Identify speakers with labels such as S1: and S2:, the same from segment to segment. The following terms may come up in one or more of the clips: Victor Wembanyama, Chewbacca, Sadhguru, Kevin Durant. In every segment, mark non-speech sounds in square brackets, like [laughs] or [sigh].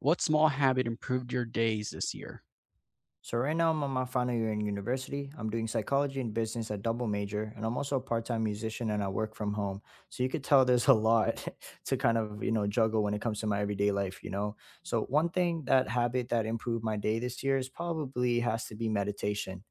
S1: What small habit improved your days this year?
S2: So right now I'm on my final year in university. I'm doing psychology and business, a double major, and I'm also a part-time musician and I work from home. So you could tell there's a lot [laughs] to kind of, juggle when it comes to my everyday life. So one thing that habit that improved my day this year is probably has to be meditation.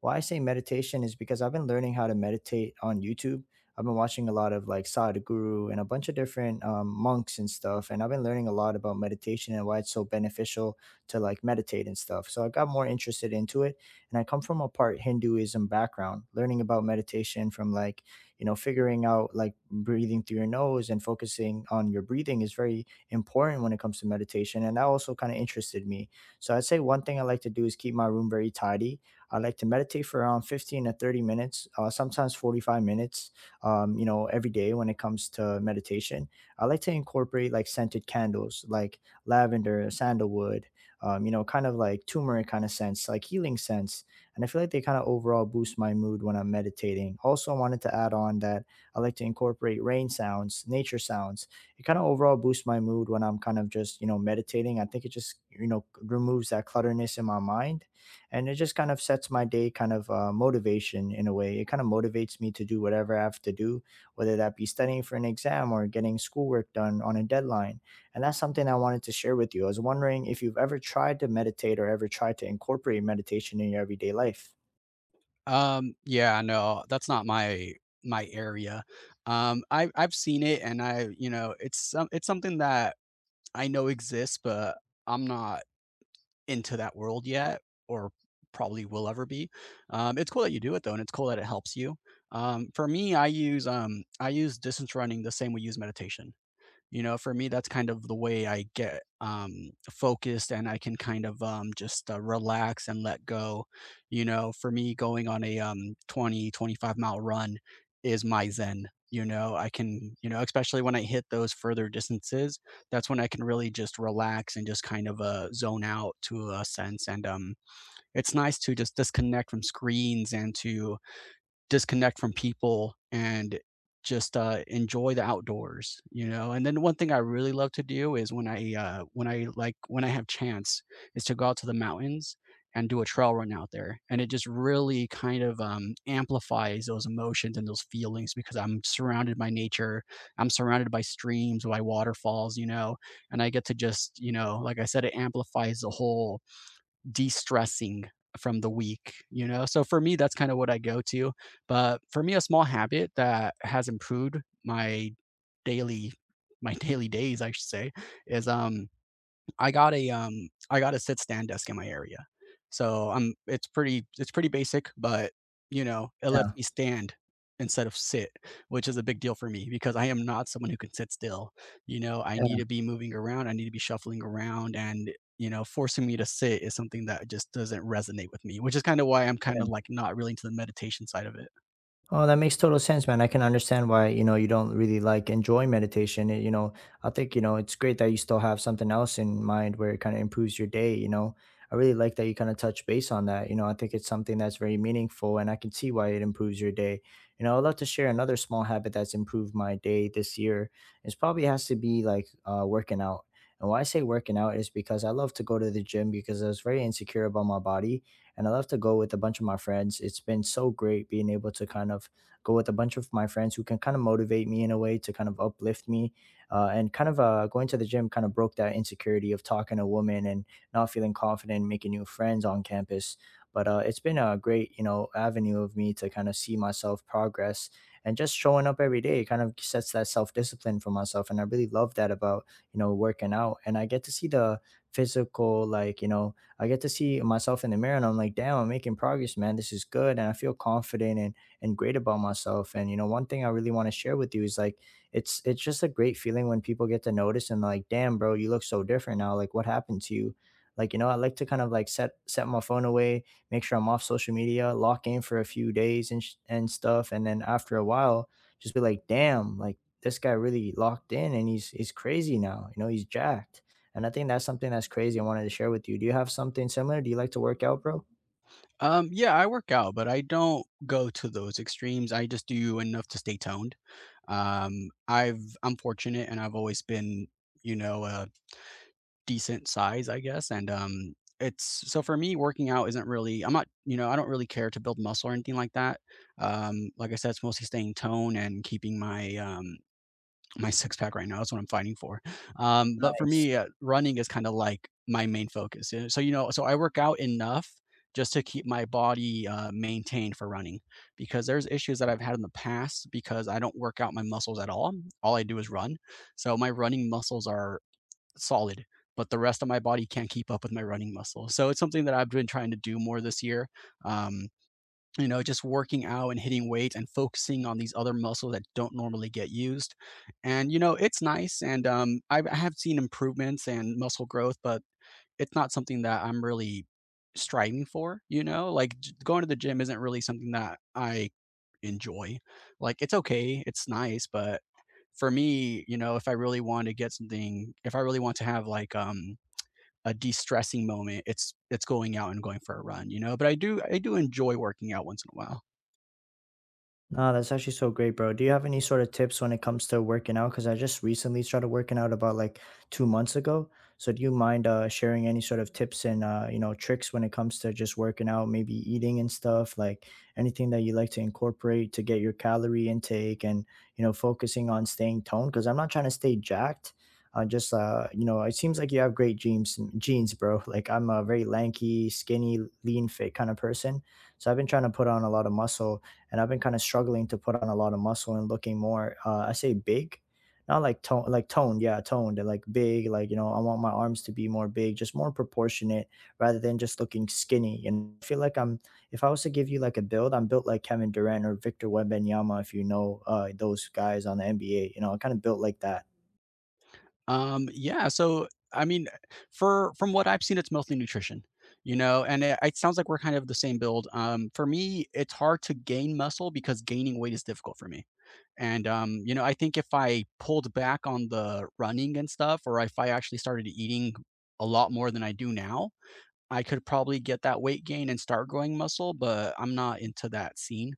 S2: Why I say meditation is because I've been learning how to meditate on YouTube. I've been watching a lot of like Sadhguru and a bunch of different monks and stuff, and I've been learning a lot about meditation and why it's so beneficial to like meditate and stuff. So I got more interested into it, and I come from a part Hinduism background. Learning about meditation from like figuring out like breathing through your nose and focusing on your breathing is very important when it comes to meditation, and that also kind of interested me. So I'd say one thing I like to do is keep my room very tidy. I like to meditate for around 15 to 30 minutes, sometimes 45 minutes, every day when it comes to meditation. I like to incorporate like scented candles, like lavender, sandalwood, kind of like turmeric kind of sense, like healing sense. And I feel like they kind of overall boost my mood when I'm meditating. Also, I wanted to add on that I like to incorporate rain sounds, nature sounds. It kind of overall boosts my mood when I'm kind of just, meditating. I think it just, removes that clutterness in my mind, and it just kind of sets my day kind of motivation in a way. It kind of motivates me to do whatever I have to do, whether that be studying for an exam or getting schoolwork done on a deadline. And that's something I wanted to share with you. I was wondering if you've ever tried to meditate or ever tried to incorporate meditation in your everyday life.
S1: Yeah, no, that's not my area. I I've seen it and, you know, it's something that I know exists, but I'm not into that world yet, or probably will ever be. It's cool that you do it though, and it's cool that it helps you. For me, I use distance running the same way we use meditation. You know, for me, that's kind of the way I get focused, and I can just relax and let go. You know, for me, going on a 20, 25-mile run is my zen. You know, I can, you know, especially when I hit those further distances, that's when I can really just relax and just zone out to a sense. And It's nice to just disconnect from screens and to disconnect from people and just enjoy the outdoors, you know. And then one thing I really love to do is when I have chance is to go out to the mountains and do a trail run out there, and it just really kind of amplifies those emotions and those feelings because I'm surrounded by nature, I'm surrounded by streams, by waterfalls, you know, and I get to just, you know, like I said, it amplifies the whole de-stressing from the week, you know? So for me, that's kind of what I go to. But for me, a small habit that has improved my daily my [laughs] daily days, I should say, is I got a sit stand desk in my area. So I'm it's pretty basic, but you know, it
S2: Yeah,
S1: lets me stand instead of sit, which is a big deal for me because I am not someone who can sit still. You know, I
S2: yeah,
S1: need to be moving around, I need to be shuffling around, and you know, forcing me to sit is something that just doesn't resonate with me, which is kind of why I'm kind
S2: yeah.
S1: of like not really into the meditation side of it.
S2: Oh, that makes total sense, man. I can understand why, you don't really like enjoy meditation. I think, it's great that you still have something else in mind where it kind of improves your day. I really like that you kind of touch base on that. You know, I think it's something that's very meaningful and I can see why it improves your day. You know, I'd love to share another small habit that's improved my day this year. It's probably has to be like working out. And why I say working out is because I love to go to the gym because I was very insecure about my body, and I love to go with a bunch of my friends. It's been so great being able to kind of go with a bunch of my friends who can kind of motivate me in a way to kind of uplift me. And kind of going to the gym kind of broke that insecurity of talking to women and not feeling confident in making new friends on campus. But it's been a great, avenue of me to kind of see myself progress, and just showing up every day kind of sets that self discipline for myself. And I really love that about, working out. And I get to see the physical, like, you know, I get to see myself in the mirror and I'm like, damn, I'm making progress, man. This is good. And I feel confident and great about myself. And you know, one thing I really want to share with you is like it's just a great feeling when people get to notice and like, damn, bro, you look so different now. Like what happened to you? Like, you know, I like to kind of like set my phone away, make sure I'm off social media, lock in for a few days and stuff. And then after a while, just be like, damn, like this guy really locked in and he's crazy now. You know, he's jacked. And I think that's something that's crazy. I wanted to share with you. Do you have something similar? Do you like to work out, bro?
S1: Yeah, I work out, but I don't go to those extremes. I just do enough to stay toned. I'm fortunate and I've always been, you know, a decent size, I guess. And it's so for me, working out isn't really I'm not, you know, I don't really care to build muscle or anything like that. Like I said, it's mostly staying toned and keeping my my six pack right now. That's what I'm fighting for. But for
S2: Nice.
S1: me, running is kind of like my main focus. So, you know, so I work out enough just to keep my body maintained for running because there's issues that I've had in the past because I don't work out my muscles at all. All I do is run. So my running muscles are solid, but the rest of my body can't keep up with my running muscle. So it's something that I've been trying to do more this year. Um, you know, just working out and hitting weight and focusing on these other muscles that don't normally get used. And you know, it's nice. I have seen improvements and muscle growth, but it's not something that I'm really striving for, you know, like going to the gym isn't really something that I enjoy. Like it's okay, it's nice, but for me, you know, if I really want to get something, if I really want to have like, a de-stressing moment, it's going out and going for a run, you know? But I do enjoy working out once in a while.
S2: No, that's actually so great, bro. Do you have any sort of tips when it comes to working out? Because I just recently started working out about like 2 months ago. So do you mind sharing any sort of tips and tricks when it comes to just working out, maybe eating and stuff, like anything that you like to incorporate to get your calorie intake and focusing on staying toned? Because I'm not trying to stay jacked. Just it seems like you have great genes, bro. [laughs] Like I'm a very lanky, skinny, lean, fit kind of person. So I've been trying to put on a lot of muscle, and I've been kind of struggling to put on a lot of muscle and looking more. I say big, not like tone, like toned, yeah, toned, and like big. Like you know, I want my arms to be more big, just more proportionate, rather than just looking skinny. And I feel like I'm. If I was to give you like a build, I'm built like Kevin Durant or Victor Wembanyama, if you know those guys on the NBA. You know, I kind of built like that.
S1: Yeah, so, I mean, for from what I've seen, it's mostly nutrition, you know, and it sounds like we're kind of the same build. For me, it's hard to gain muscle because gaining weight is difficult for me. And You know, I think if I pulled back on the running and stuff, or if I actually started eating a lot more than I do now, I could probably get that weight gain and start growing muscle, but I'm not into that scene.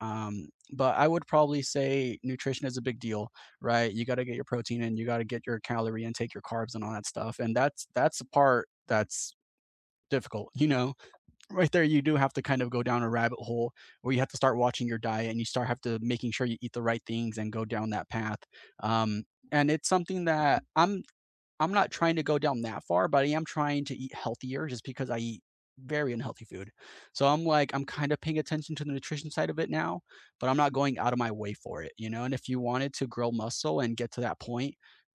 S1: Um, but I would probably say nutrition is a big deal, right? You got to get your protein in, you got to get your calorie intake, your carbs, and all that stuff. And that's the part that's difficult, you know, right there. You do have to kind of go down a rabbit hole where you have to start watching your diet and you start have to making sure you eat the right things and go down that path. um, and it's something that I'm not trying to go down that far, but I am trying to eat healthier just because I eat very unhealthy food. So I'm like, I'm kind of paying attention to the nutrition side of it now, but I'm not going out of my way for it, you know? And if you wanted to grow muscle and get to that point,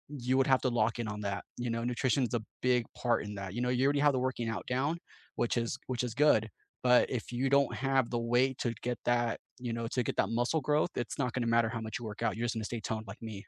S1: you would have to lock in on that. You know, nutrition is a big part in that. You know, you already have the working out down, which is good. But if you don't have the way to get that, you know, to get that muscle growth, it's not going to matter how much you work out. You're just going to stay toned like me.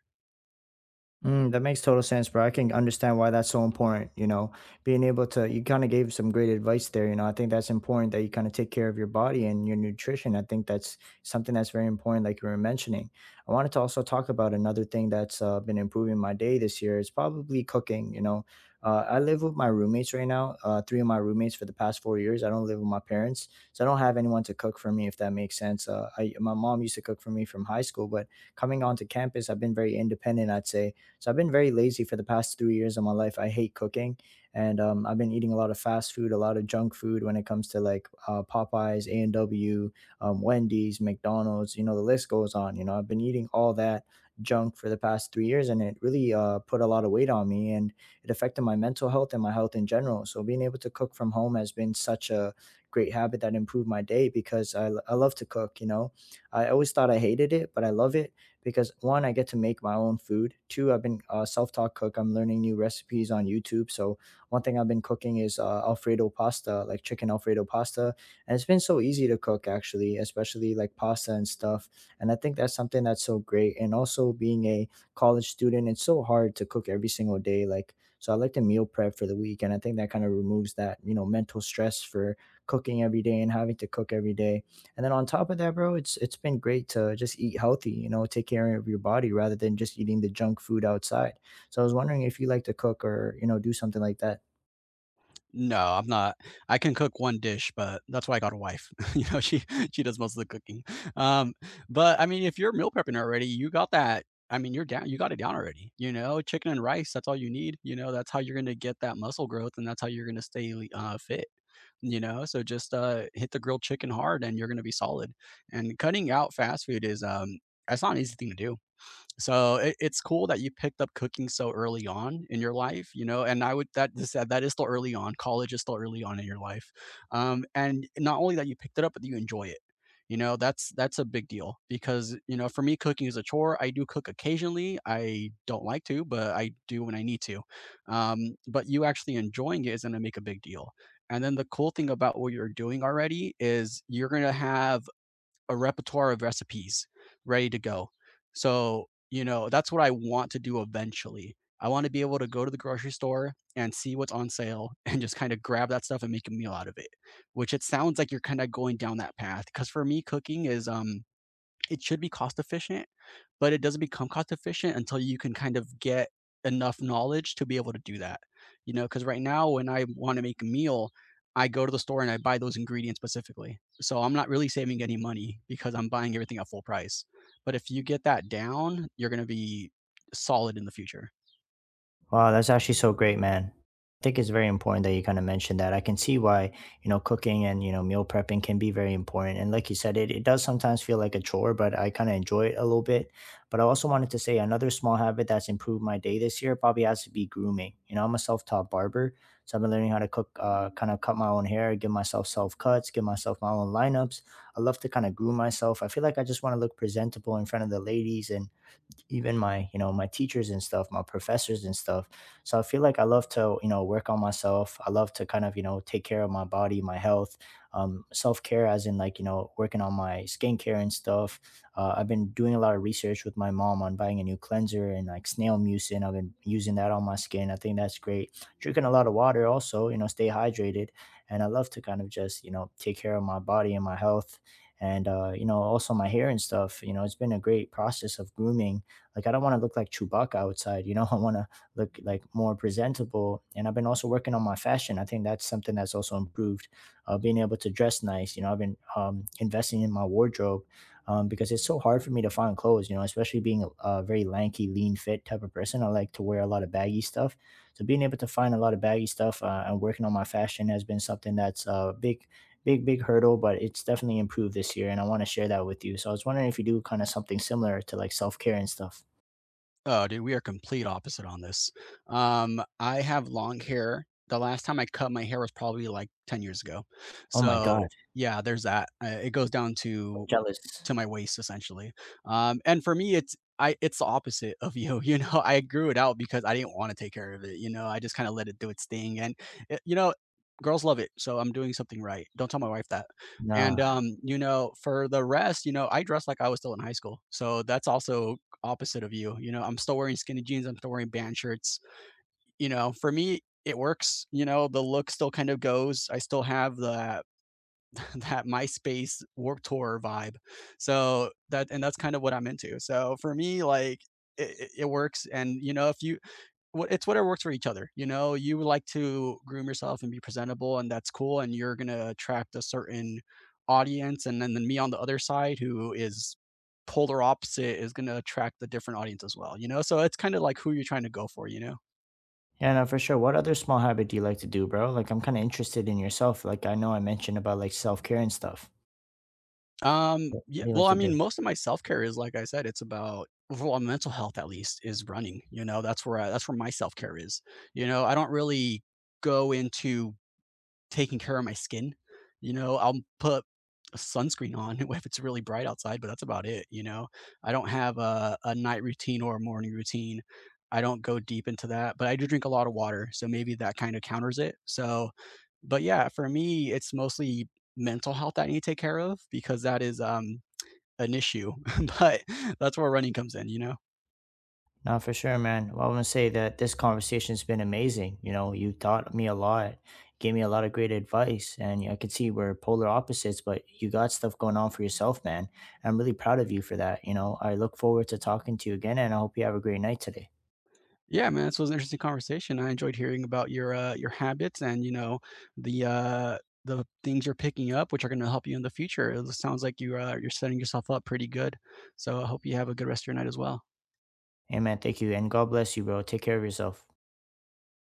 S2: Mm, that makes total sense, bro. I can understand why that's so important. You know, being able to, you kind of gave some great advice there. You know, I think that's important that you kind of take care of your body and your nutrition. I think that's something that's very important, like you were mentioning. I wanted to also talk about another thing that's been improving my day this year is probably cooking. You know, I live with my roommates right now, three of my roommates for the past 4 years. I don't live with my parents, so I don't have anyone to cook for me, if that makes sense. My mom used to cook for me from high school, but coming onto campus, I've been very independent, I'd say. So I've been very lazy for the past 3 years of my life. I hate cooking, and I've been eating a lot of fast food, a lot of junk food when it comes to like Popeyes, A and W, Wendy's, McDonald's. You know, the list goes on. You know, I've been eating all that junk for the past 3 years, and it really put a lot of weight on me, and it affected my mental health and my health in general. So being able to cook from home has been such a great habit that improved my day because I love to cook. You know, I always thought I hated it, but I love it because one, I get to make my own food. Two, I've been self-taught cook. I'm learning new recipes on YouTube. So one thing I've been cooking is Alfredo pasta, like chicken Alfredo pasta, and it's been so easy to cook actually, especially like pasta and stuff. And I think that's something that's so great. And also being a college student, it's so hard to cook every single day. Like so, I like to meal prep for the week, and I think that kind of removes that mental stress for cooking every day and having to cook every day. And then on top of that, bro, it's been great to just eat healthy, you know, take care of your body rather than just eating the junk food outside. So I was wondering if you like to cook or, you know, do something like that.
S1: No, I'm not. I can cook one dish, but that's why I got a wife. [laughs] You know, she [laughs] she does most of the cooking. Um, but I mean, if you're meal prepping already, you got that. I mean, you're down. You got it down already. You know, chicken and rice. That's all you need. You know, that's how you're gonna get that muscle growth, and that's how you're gonna stay fit. You know, so just hit the grilled chicken hard, and you're gonna be solid. And cutting out fast food is that's not an easy thing to do. So it's cool that you picked up cooking so early on in your life, you know. And i would that is that, that is still early on. College is still early on in your life. And not only that you picked it up, but you enjoy it. You know, that's a big deal, because you know for me, cooking is a chore. I do cook occasionally. I don't like to, but I do when I need to. Um, but you actually enjoying it is going to make a big deal. And then the cool thing about what you're doing already is you're going to have a repertoire of recipes ready to go. So, you know, that's what I want to do eventually. I want to be able to go to the grocery store and see what's on sale [laughs] and just kind of grab that stuff and make a meal out of it, which it sounds like you're kind of going down that path. Because for me, cooking is it should be cost efficient, but it doesn't become cost efficient until you can kind of get enough knowledge to be able to do that. You know, because right now when I want to make a meal, I go to the store and I buy those ingredients specifically. So I'm not really saving any money because I'm buying everything at full price. But if you get that down, you're going to be solid in the future.
S2: Wow, that's actually so great, man. I think it's very important that you kind of mentioned that. I can see why, you know, cooking and, you know, meal prepping can be very important. And like you said, it does sometimes feel like a chore, but I kind of enjoy it a little bit. But I also wanted to say another small habit that's improved my day this year probably has to be grooming. You know, I'm a self taught barber. So I've been learning how to cook, kind of cut my own hair, give myself self cuts, give myself my own lineups. I love to kind of groom myself. I feel like I just want to look presentable in front of the ladies and even my my teachers and stuff, my professors and stuff. So I feel like I love to, work on myself. I love to kind of, take care of my body, my health, self-care as in like, working on my skincare and stuff. I've been doing a lot of research with my mom on buying a new cleanser and like snail mucin. I've been using that on my skin. I think that's great. Drinking a lot of water also, you know, stay hydrated. And I love to kind of just, you know, take care of my body and my health. And you know, also my hair and stuff. You know, it's been a great process of grooming. Like I don't want to look like Chewbacca outside, you know. [laughs] I want to look like more presentable. And I've been also working on my fashion. I think that's something that's also improved. Being able to dress nice, you know. I've been investing in my wardrobe, because it's so hard for me to find clothes, you know, especially being a very lanky, lean fit type of person. I like to wear a lot of baggy stuff. So being able to find a lot of baggy stuff and working on my fashion has been something that's a big hurdle, but it's definitely improved this year. And I want to share that with you. So I was wondering if you do kind of something similar to like self care and stuff.
S1: Oh, dude, we are complete opposite on this. I have long hair. The last time I cut my hair was probably like 10 years ago.
S2: Oh my
S1: So,
S2: god,
S1: yeah, there's that. It goes down
S2: I'm jealous.
S1: to my waist essentially. And for me, it's the opposite of [laughs] you. You know, I grew it out because I didn't want to take care of it. You know, I just kind of let it do its thing, and it, you know, girls love it. So I'm doing something right. Don't tell my wife that. And
S2: Nah.
S1: You know, for the rest, you know, I dress like I was still in high school. So that's also opposite of you. You know, I'm still wearing skinny jeans. I'm still wearing band shirts. You know, for me. It works, you know, the look still kind of goes. I still have the [laughs] that MySpace Warp Tour vibe. So that and that's kind of what I'm into. So for me, like works. And you know if you it's whatever works for each other. You know, you like to groom yourself and be presentable, and that's cool, and you're gonna attract a certain audience. And then me on the other side, who is polar opposite, is gonna attract a different audience as well, you know. So it's kind of like who you're trying to go for, you know.
S2: Yeah, no, for sure. What other small habit do you like to do, bro? Like, I'm kinda interested in yourself. Like, I know I mentioned about, like, self-care and stuff.
S1: Um,
S2: What
S1: yeah,
S2: do you
S1: well,
S2: like
S1: I
S2: to
S1: mean,
S2: do?
S1: most of my self-care is, like I said, it's about overall mental health. At least is running, you know, that's where I that's where my self-care is. You know, I don't really go into taking care of my skin. You know, I'll put a sunscreen on [laughs] if it's really bright outside, but that's about it, you know? I don't have a night routine or a morning routine. I don't go deep into that, but I do drink a lot of water. So maybe that kind of counters it. So, but yeah, for me, it's mostly mental health that I need to take care of because that is an issue. [laughs] But that's where running comes in, you know?
S2: No, for sure, man. Well, I wanna say that this conversation's been amazing. You know, you taught me a lot, gave me a lot of great advice, and I could see we're polar opposites, but you got stuff going on for yourself, man. I'm really proud of you for that, you know? I look forward to talking to you again, and I hope you have a great night today.
S1: Yeah, man, this was an interesting conversation. I enjoyed hearing about your habits and you know the uh, the things you're picking up, which are going to help you in the future. It sounds like you're setting yourself up pretty good. So I hope you have a good rest of your night as well.
S2: Amen. Thank you, and God bless you, bro. Take care of yourself.